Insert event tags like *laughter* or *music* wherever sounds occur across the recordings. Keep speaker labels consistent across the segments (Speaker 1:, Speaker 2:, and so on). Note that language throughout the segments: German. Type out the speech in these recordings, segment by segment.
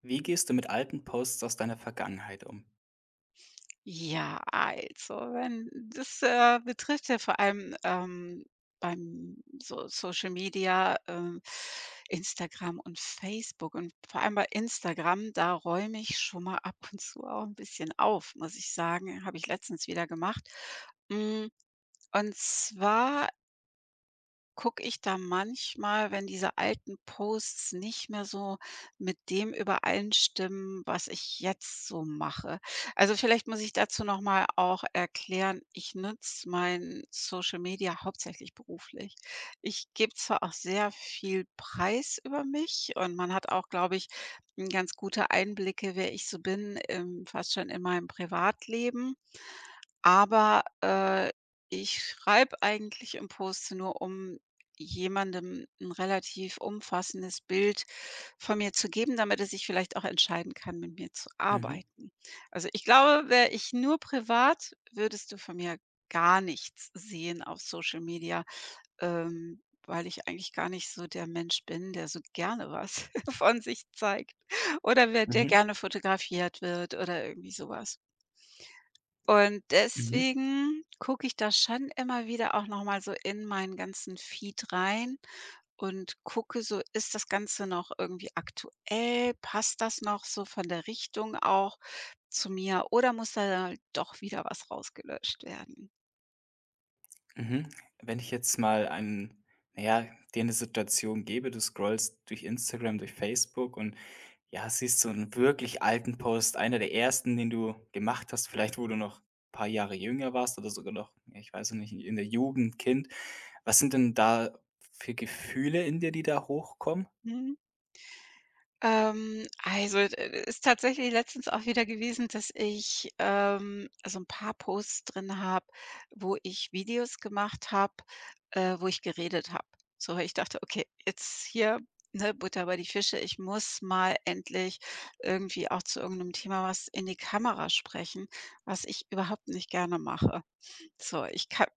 Speaker 1: Wie gehst du mit alten Posts aus deiner Vergangenheit um?
Speaker 2: Ja, also, wenn das, betrifft ja vor allem, beim so Social Media, Instagram und Facebook und vor allem bei Instagram, da räume ich schon mal ab und zu auch ein bisschen auf, muss ich sagen. Habe ich letztens wieder gemacht. Hm, und zwar gucke ich da manchmal, wenn diese alten Posts nicht mehr so mit dem übereinstimmen, was ich jetzt so mache. Also vielleicht muss ich dazu noch mal auch erklären, ich nutze mein Social Media hauptsächlich beruflich. Ich gebe zwar auch sehr viel Preis über mich und man hat auch, glaube ich, ganz gute Einblicke, wer ich so bin, fast schon in meinem Privatleben. Aber ich schreibe eigentlich im Post nur, um jemandem ein relativ umfassendes Bild von mir zu geben, damit er sich vielleicht auch entscheiden kann, mit mir zu
Speaker 1: Mhm,
Speaker 2: arbeiten. Also, ich glaube, wäre ich nur privat, würdest du von mir gar nichts sehen auf Social Media, ähm, weil ich eigentlich gar nicht so der Mensch bin, der so gerne was *laughs* von sich zeigt oder wer der
Speaker 1: mhm,
Speaker 2: gerne fotografiert wird oder irgendwie sowas. Und
Speaker 1: mhm,
Speaker 2: deswegen gucke ich da schon immer wieder auch noch mal so in meinen ganzen Feed rein und gucke so: Ist das Ganze noch irgendwie aktuell? Passt das noch so von der Richtung auch zu mir oder muss da doch wieder was rausgelöscht werden?
Speaker 1: mhm. Wenn ich jetzt mal einen, naja, dir eine Situation gebe: Du scrollst durch Instagram, durch Facebook und, ja, siehst so einen wirklich alten Post, einer der ersten, den du gemacht hast, vielleicht wo du noch ein paar Jahre jünger warst oder sogar noch, ja, ich weiß noch nicht, in der Jugend, Kind. Was sind denn da für Gefühle in dir, die da hochkommen?
Speaker 2: Mhm. Also, ist tatsächlich letztens auch wieder gewesen, dass ich, so ein paar Posts drin habe, wo ich Videos gemacht habe, wo ich geredet habe. So, weil ich dachte: „Okay, jetzt hier, ne, Butter bei die Fische. Ich muss mal endlich irgendwie auch zu irgendeinem Thema was in die Kamera sprechen“, was ich überhaupt nicht gerne mache. So, ich kann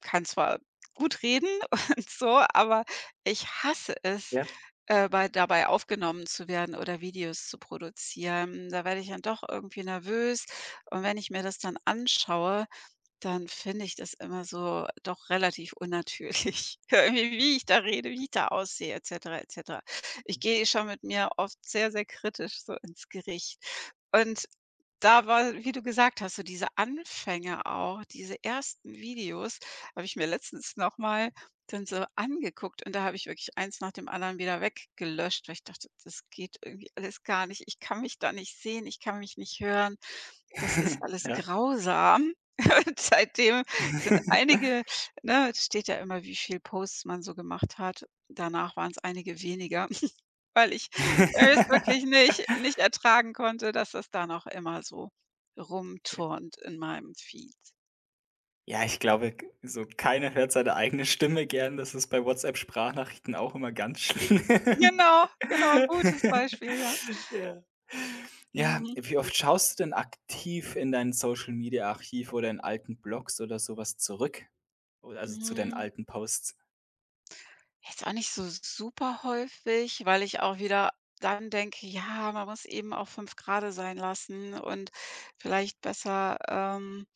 Speaker 2: kann zwar gut reden *laughs* und so, aber ich hasse es,
Speaker 1: Ja.
Speaker 2: bei dabei aufgenommen zu werden oder Videos zu produzieren. Da werde ich dann doch irgendwie nervös und wenn ich mir das dann anschaue, dann finde ich das immer so doch relativ unnatürlich, *laughs* irgendwie, wie ich da rede, wie ich da aussehe et cetera, et cetera. Ich gehe schon mit mir oft sehr, sehr kritisch so ins Gericht. Und da war, wie du gesagt hast, so diese Anfänge auch, diese ersten Videos habe ich mir letztens noch mal dann so angeguckt und da habe ich wirklich eins nach dem anderen wieder weggelöscht, weil ich dachte: „Das geht irgendwie alles gar nicht. Ich kann mich da nicht sehen, ich kann mich nicht hören.“ Das ist
Speaker 1: *laughs*
Speaker 2: alles
Speaker 1: Ja.
Speaker 2: grausam. *laughs* Seitdem sind
Speaker 1: *laughs*
Speaker 2: einige, ne, es steht ja immer, wie viel Posts man so gemacht hat. Danach waren es einige weniger, *laughs* weil ich es
Speaker 1: Ja.
Speaker 2: wirklich nicht ertragen konnte, dass das da noch immer so
Speaker 1: *laughs*
Speaker 2: rumturnt in meinem Feed.
Speaker 1: Ja, ich glaube, k so keiner hört seine eigene Stimme gern. Das ist bei WhatsApp-Sprachnachrichten auch immer ganz schlimm.
Speaker 2: Genau, genau, gutes
Speaker 1: *laughs*
Speaker 2: Beispiel, ja.
Speaker 1: Ja. Ja,
Speaker 2: Mhm,
Speaker 1: wie oft schaust du denn aktiv in dein Social-Media-Archiv oder in alten Blogs oder sowas zurück? Oder also zu deinen
Speaker 2: mhm.
Speaker 1: alten Posts?
Speaker 2: Jetzt auch nicht so super häufig, weil ich auch wieder dann denke: „Ja, man muss eben auch 5 Grade sein lassen und vielleicht besser,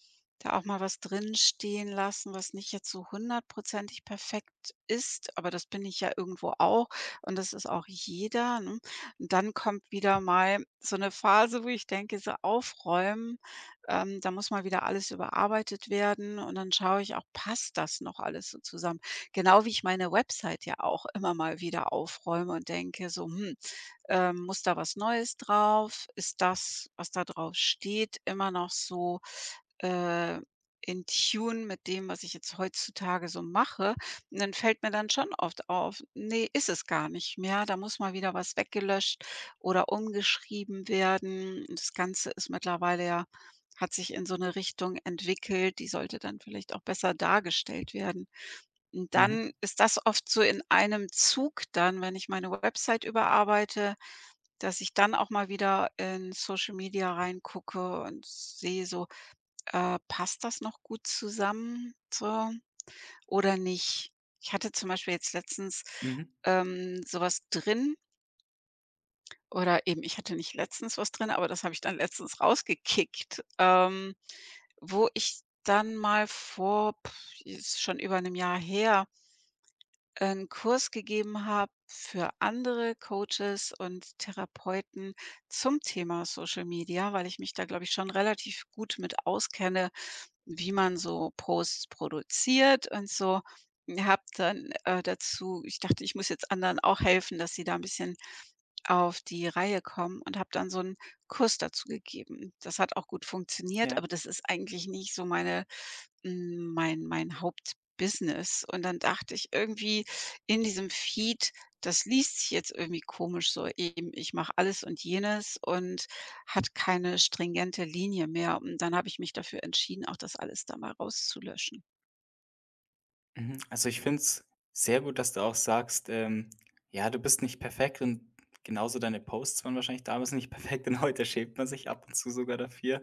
Speaker 2: da auch mal was drin stehen lassen, was nicht jetzt so hundertprozentig perfekt ist.“ Aber das bin ich ja irgendwo auch und das ist auch jeder, ne? Und dann kommt wieder mal so eine Phase, wo ich denke, so aufräumen, da muss mal wieder alles überarbeitet werden und dann schaue ich auch, passt das noch alles so zusammen? Genau wie ich meine Website ja auch immer mal wieder aufräume und denke so: „Hm, muss da was Neues drauf? Ist das, was da drauf steht, immer noch so, äh, in Tune mit dem, was ich jetzt heutzutage so mache?“ Und dann fällt mir dann schon oft auf: Nee, ist es gar nicht mehr. Da muss mal wieder was weggelöscht oder umgeschrieben werden.“ Das Ganze ist mittlerweile ja hat sich in so eine Richtung entwickelt, die sollte dann vielleicht auch besser dargestellt werden. Und
Speaker 1: Mhm,
Speaker 2: dann ist das oft so in einem Zug dann, wenn ich meine Website überarbeite, dass ich dann auch mal wieder in Social Media reingucke und sehe so, passt das noch gut zusammen so oder nicht? Ich hatte zum Beispiel jetzt letztens,
Speaker 1: mhm,
Speaker 2: so drin, oder eben ich hatte nicht letztens was drin, aber das habe ich dann letztens rausgekickt, wo ich dann mal vor, pff, ist schon über einem Jahr her, einen Kurs gegeben habe für andere Coaches und Therapeuten zum Thema Social Media, weil ich mich da, glaube ich, schon relativ gut mit auskenne, wie man so Posts produziert und so. Habe dann, dazu, ich dachte, ich muss jetzt anderen auch helfen, dass sie da ein bisschen auf die Reihe kommen und habe dann so einen Kurs dazu gegeben. Das hat auch gut funktioniert,
Speaker 1: ja,
Speaker 2: aber das ist eigentlich nicht so meine, hm, mein Hauptbusiness. Und dann dachte ich irgendwie in diesem Feed, das liest sich jetzt irgendwie komisch so eben, ich mache alles und jenes und hat keine stringente Linie mehr. Und dann habe ich mich dafür entschieden, auch das alles da mal rauszulöschen.
Speaker 1: mhm. Also, ich finde es sehr gut, dass du auch sagst, ja, du bist nicht perfekt, und genauso deine Posts waren wahrscheinlich damals nicht perfekt und *laughs* heute schämt man sich ab und zu sogar dafür.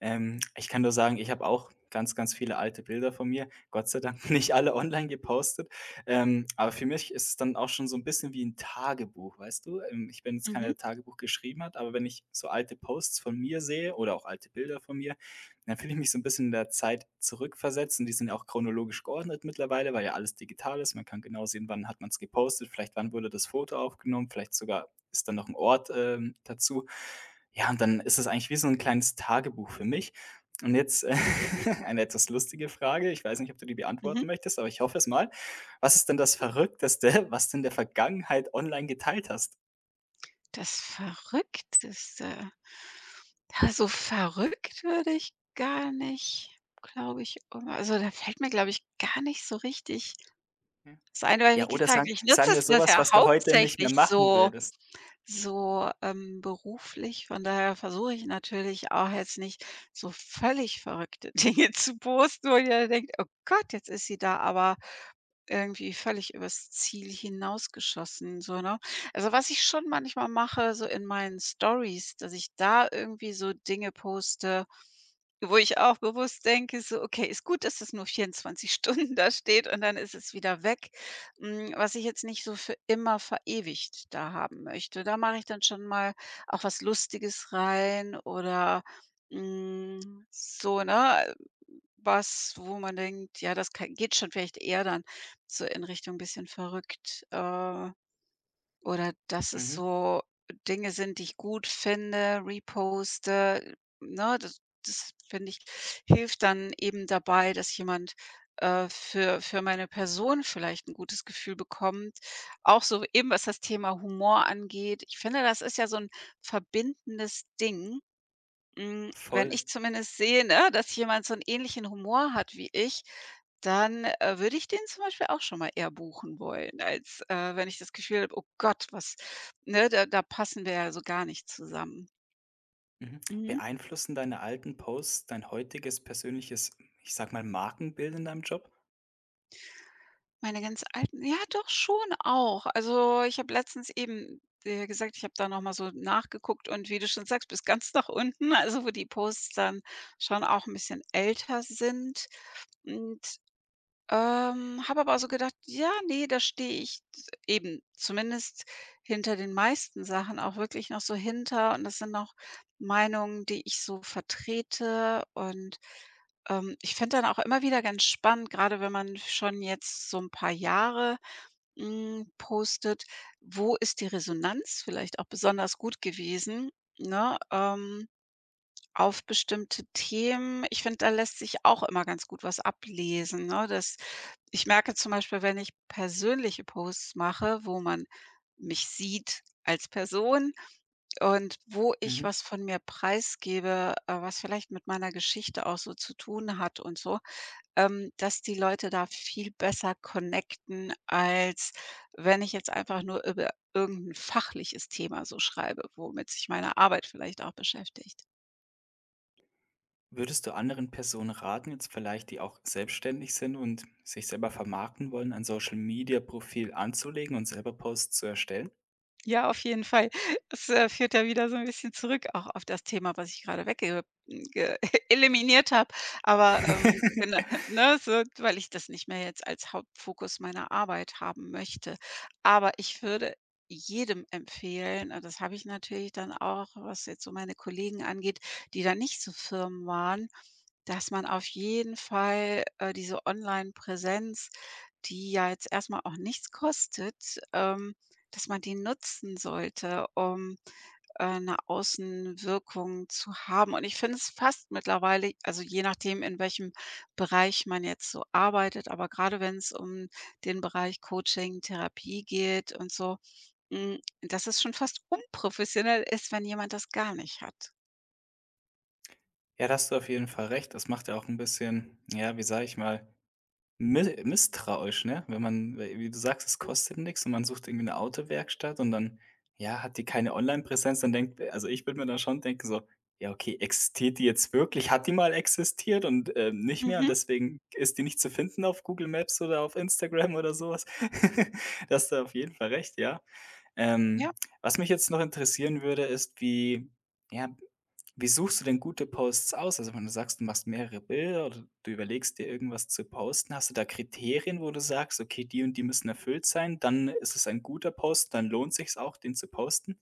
Speaker 1: Ich kann nur sagen, ich habe auch ganz, ganz viele alte Bilder von mir. Gott sei Dank *laughs* nicht alle online gepostet. Aber für mich ist es dann auch schon so ein bisschen wie ein Tagebuch, weißt du? Ich bin jetzt keiner,
Speaker 2: Mhm,
Speaker 1: der Tagebuch geschrieben hat, aber wenn ich so alte Posts von mir sehe oder auch alte Bilder von mir, dann fühle ich mich so ein bisschen in der Zeit zurückversetzt, und die sind ja auch chronologisch geordnet mittlerweile, weil ja alles digital ist. Man kann genau sehen, wann hat man es gepostet, vielleicht wann wurde das Foto aufgenommen, vielleicht sogar ist dann noch ein Ort, dazu. Ja, und dann ist es eigentlich wie so 'n kleines Tagebuch für mich. Und jetzt *laughs* eine etwas lustige Frage. Ich weiß nicht, ob du die
Speaker 2: mhm.
Speaker 1: beantworten möchtest, aber ich hoffe es mal. Was ist denn das Verrückteste, was du in der Vergangenheit online geteilt hast?
Speaker 2: Das Verrückteste. Ja, so verrückt würde ich gar nicht, glaube ich, um also, da fällt mir, glaube ich, gar nicht so richtig
Speaker 1: Ja.
Speaker 2: was ein, weil
Speaker 1: Ja,
Speaker 2: wie
Speaker 1: oder
Speaker 2: gesagt,
Speaker 1: sagen
Speaker 2: ich nutze
Speaker 1: sagen
Speaker 2: es
Speaker 1: wir so,
Speaker 2: das
Speaker 1: was,
Speaker 2: ja
Speaker 1: was du heute nicht mehr
Speaker 2: hauptsächlich
Speaker 1: machen
Speaker 2: so
Speaker 1: würdest.
Speaker 2: so, ähm, beruflich. Von daher versuche ich natürlich auch jetzt nicht so völlig verrückte *laughs* Dinge zu posten, wo jeder denkt: „Oh Gott, jetzt ist sie da aber irgendwie völlig übers Ziel hinausgeschossen“, so, ne? Also, was ich schon manchmal mache, so in meinen Stories, dass ich da irgendwie so Dinge poste, wo ich auch bewusst denke, so: „Okay, ist gut, dass es nur 24 *laughs* Stunden da steht und dann ist es wieder weg.“ Hm, was ich jetzt nicht so für immer verewigt da haben möchte. Da mache ich dann schon mal auch was Lustiges rein oder, hm, so, ne, was, wo man denkt: „Ja, das ka geht schon vielleicht eher dann so in Richtung bisschen verrückt.“ oder dass es
Speaker 1: Mhm,
Speaker 2: so Dinge sind, die ich gut finde, reposte, ne? Das finde ich, hilft dann eben dabei, dass jemand, für meine Person vielleicht ein gutes Gefühl bekommt. Auch so eben, was das Thema Humor angeht. Ich finde, das ist ja so ein verbindendes Ding, hm,
Speaker 1: voll.
Speaker 2: wenn ich zumindest sehe, ne, dass jemand so 'n ähnlichen Humor hat wie ich, dann, würde ich den zum Beispiel auch schon mal eher buchen wollen, als, wenn ich das Gefühl habe: „Oh Gott, was, ne, da passen wir ja so gar nicht zusammen.“
Speaker 1: Mhm.
Speaker 2: Mhm.
Speaker 1: Beeinflussen deine alten Posts dein heutiges persönliches, ich sage mal, Markenbild in deinem Job?
Speaker 2: Meine ganz alten ja doch, schon auch. Also, ich habe letztens eben dir gesagt, ich habe da noch mal so nachgeguckt und wie du schon sagst, bis ganz nach unten, *laughs* also, wo die Posts dann schon auch 'n bisschen älter sind und ähm, habe aber so gedacht: „Ja, nee, da stehe ich z eben zumindest hinter den meisten Sachen auch wirklich noch so hinter und das sind auch Meinungen, die ich so vertrete.“ Und, ich finde dann auch immer wieder ganz spannend, gerade wenn man schon jetzt so ein paar Jahre, hm, postet, wo ist die Resonanz vielleicht auch besonders gut gewesen, ne? Ähm, auf bestimmte Themen. Ich finde, da lässt sich auch immer ganz gut was ablesen, ne? Das, ich merke zum Beispiel, wenn ich persönliche Posts mache, wo man mich sieht als Person und wo ich
Speaker 1: Mhm.
Speaker 2: was von mir preisgebe, was vielleicht mit meiner Geschichte auch so zu tun hat und so, dass die Leute da viel besser connecten, als wenn ich jetzt einfach nur über irgendein fachliches Thema so schreibe, womit sich meine Arbeit vielleicht auch beschäftigt.
Speaker 1: Würdest du anderen Personen raten, jetzt vielleicht, die auch selbstständig sind und sich selber vermarkten wollen, ein Social-Media-Profil anzulegen und selber Posts zu erstellen?
Speaker 2: Ja, auf jeden Fall. Es, führt ja wieder so ein bisschen zurück auch auf das Thema, was ich gerade wegge, hm, ge *laughs* eliminiert habe. Aber, gena *laughs*
Speaker 1: *laughs*
Speaker 2: ne, so, weil ich das nicht mehr jetzt als Hauptfokus meiner Arbeit haben möchte. Aber ich würde jedem empfehlen, und das habe ich natürlich dann auch, was jetzt so meine Kollegen angeht, die da nicht so Firmen waren, dass man auf jeden Fall, diese Online-Präsenz, die ja jetzt erstmal auch nichts kostet, ähm dass man die nutzen sollte, um, 'ne Außenwirkung zu haben. Und ich finde es fast mittlerweile also, je nachdem, in welchem Bereich man jetzt so arbeitet, aber gerade wenn es um den Bereich Coaching, Therapie geht und so, hm, dass es schon fast unprofessionell ist, wenn jemand das gar nicht hat.
Speaker 1: Ja, da hast du auf jeden Fall recht. Das macht ja auch ein bisschen, ja, wie sage ich mal, Mi misstrauisch, ne? Wenn man, w wie du sagst, es kostet nichts und man sucht irgendwie eine Autowerkstatt und dann, ja, hat die keine Onlinepräsenz, dann denkt also, ich würde mir dann schon denken so: „Ja, okay, existiert die jetzt wirklich? Hat die mal existiert und, nicht mehr, und
Speaker 2: Mhm,
Speaker 1: deswegen ist die nicht zu finden auf Google Maps oder auf Instagram oder sowas.“ *laughs* Das hast du auf jeden Fall recht, ja.
Speaker 2: ja.
Speaker 1: Ähm, Was mich jetzt noch interessieren würde, ist, wie, ja, wie suchst du denn gute Posts aus? Also, wenn du sagst, du machst mehrere Bilder oder du überlegst dir irgendwas zu posten, hast du da Kriterien, wo du sagst: „Okay, die und die müssen erfüllt sein, dann ist es ein guter Post, dann lohnt sich's auch, den zu posten?“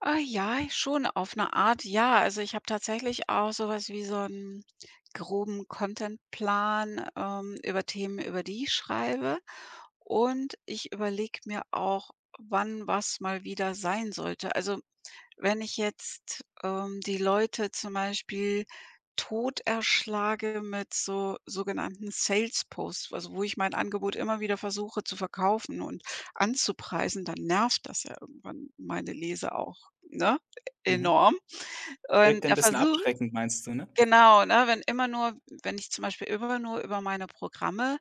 Speaker 2: Ah, ja, schon auf eine Art, ja. Also, ich habe tatsächlich auch sowas wie so einen groben Contentplan, über Themen, über die ich schreibe. Und ich überlege mir auch, wann was mal wieder sein sollte. Also, wenn ich jetzt, die Leute zum Beispiel tot erschlage mit so sogenannten Sales Posts, also wo ich mein Angebot immer wieder versuche zu verkaufen und anzupreisen, dann nervt das ja irgendwann meine Leser auch, ne,
Speaker 1: Mhm.
Speaker 2: enorm.
Speaker 1: Wirkt
Speaker 2: Und
Speaker 1: ein
Speaker 2: der
Speaker 1: bisschen
Speaker 2: Versuch
Speaker 1: abschreckend, meinst du, ne?
Speaker 2: Genau, ne? Wenn immer nur, wenn ich zum Beispiel immer nur über meine Programme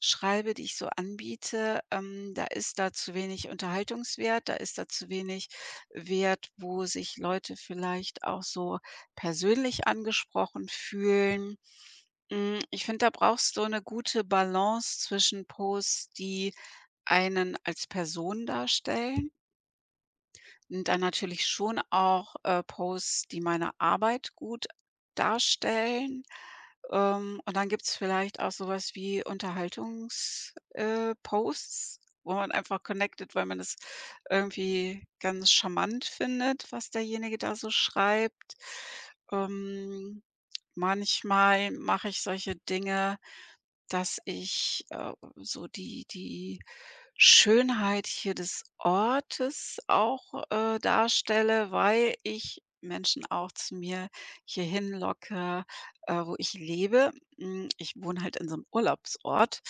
Speaker 2: schreibe, die ich so anbiete, da ist da zu wenig Unterhaltungswert, da ist da zu wenig Wert, wo sich Leute vielleicht auch so persönlich angesprochen fühlen. Hm, ich finde, da brauchst du eine gute Balance zwischen Posts, die einen als Person darstellen und dann natürlich schon auch, Posts, die meine Arbeit gut darstellen. Und dann gibt's vielleicht auch sowas wie Unterhaltungs Posts, wo man einfach connected, weil man es irgendwie ganz charmant findet, was derjenige da so schreibt. Ähm, manchmal mache ich solche Dinge, dass ich, so die Schönheit hier des Ortes auch, darstelle, weil ich Menschen auch zu mir hierhin locke, wo ich lebe. Hm, ich wohne halt in so einem Urlaubsort,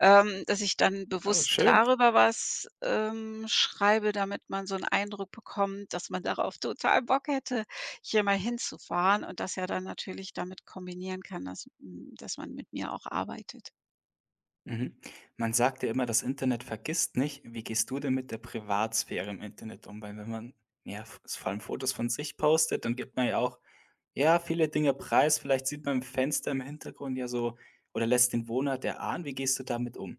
Speaker 2: dass ich dann
Speaker 1: Oh,
Speaker 2: bewusst
Speaker 1: schön.
Speaker 2: darüber was, schreibe, damit man so einen Eindruck bekommt, dass man darauf total Bock hätte, hier mal hinzufahren und das ja dann natürlich damit kombinieren kann, dass, hm, dass man mit mir auch arbeitet.
Speaker 1: Mhm. Man sagt ja immer, das Internet vergisst nicht. Wie gehst du denn mit der Privatsphäre im Internet um? Weil wenn man, ja, v vor allem Fotos von sich postet, dann gibt man ja auch, ja, viele Dinge preis. Vielleicht sieht man im Fenster im Hintergrund ja so oder lässt den Wohnort erahnen. Wie gehst du damit um?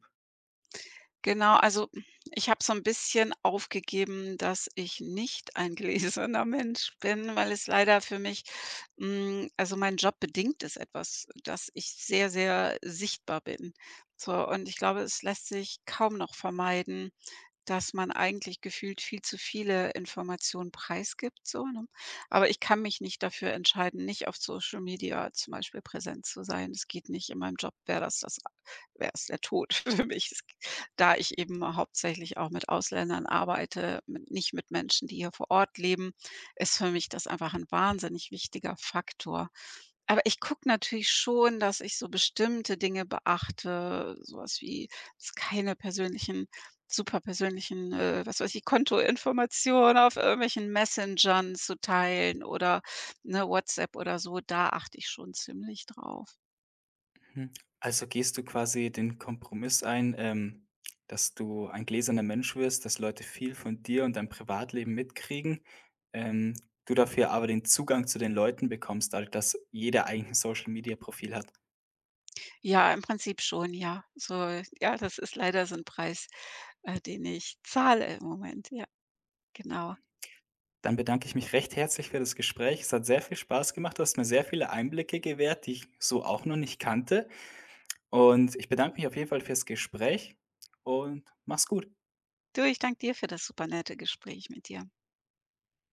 Speaker 2: Genau, also ich habe so ein bisschen aufgegeben, dass ich nicht ein gläserner *laughs* Mensch bin, weil es leider für mich, hm, also mein Job bedingt es etwas, dass ich sehr, sehr sichtbar bin. So, und ich glaube, es lässt sich kaum noch vermeiden. Dass man eigentlich gefühlt viel zu viele Informationen preisgibt, so, ne? Aber ich kann mich nicht dafür entscheiden, nicht auf Social Media zum Beispiel präsent zu sein. Das geht nicht. In meinem Job wäre das wäre es der Tod *laughs* für mich. Es, da ich eben hauptsächlich auch mit Ausländern arbeite, mit nicht mit Menschen, die hier vor Ort leben, ist für mich das einfach ein wahnsinnig wichtiger Faktor. Aber ich gucke natürlich schon, dass ich so bestimmte Dinge beachte, sowas wie dass keine persönlichen super persönlichen, was weiß ich, Kontoinformationen auf irgendwelchen Messengern zu teilen oder, ne, WhatsApp oder so, da achte ich schon ziemlich drauf.
Speaker 1: Mhm. Also, gehst du quasi den Kompromiss ein, dass du ein gläserner Mensch wirst, dass Leute viel von dir und deinem Privatleben mitkriegen, ähm, du dafür aber den Zugang zu den Leuten bekommst, dadurch, dass jeder eigentlich ein Social-Media-Profil hat.
Speaker 2: Ja, im Prinzip schon, ja. So, ja, das ist leider so ein Preis, den ich zahle im Moment. Ja, genau.
Speaker 1: Dann bedanke ich mich recht herzlich für das Gespräch. Es hat sehr viel Spaß gemacht. Du hast mir sehr viele Einblicke gewährt, die ich so auch noch nicht kannte. Und ich bedanke mich auf jeden Fall fürs Gespräch und mach's gut.
Speaker 2: Du, ich danke dir für das supernette Gespräch mit dir.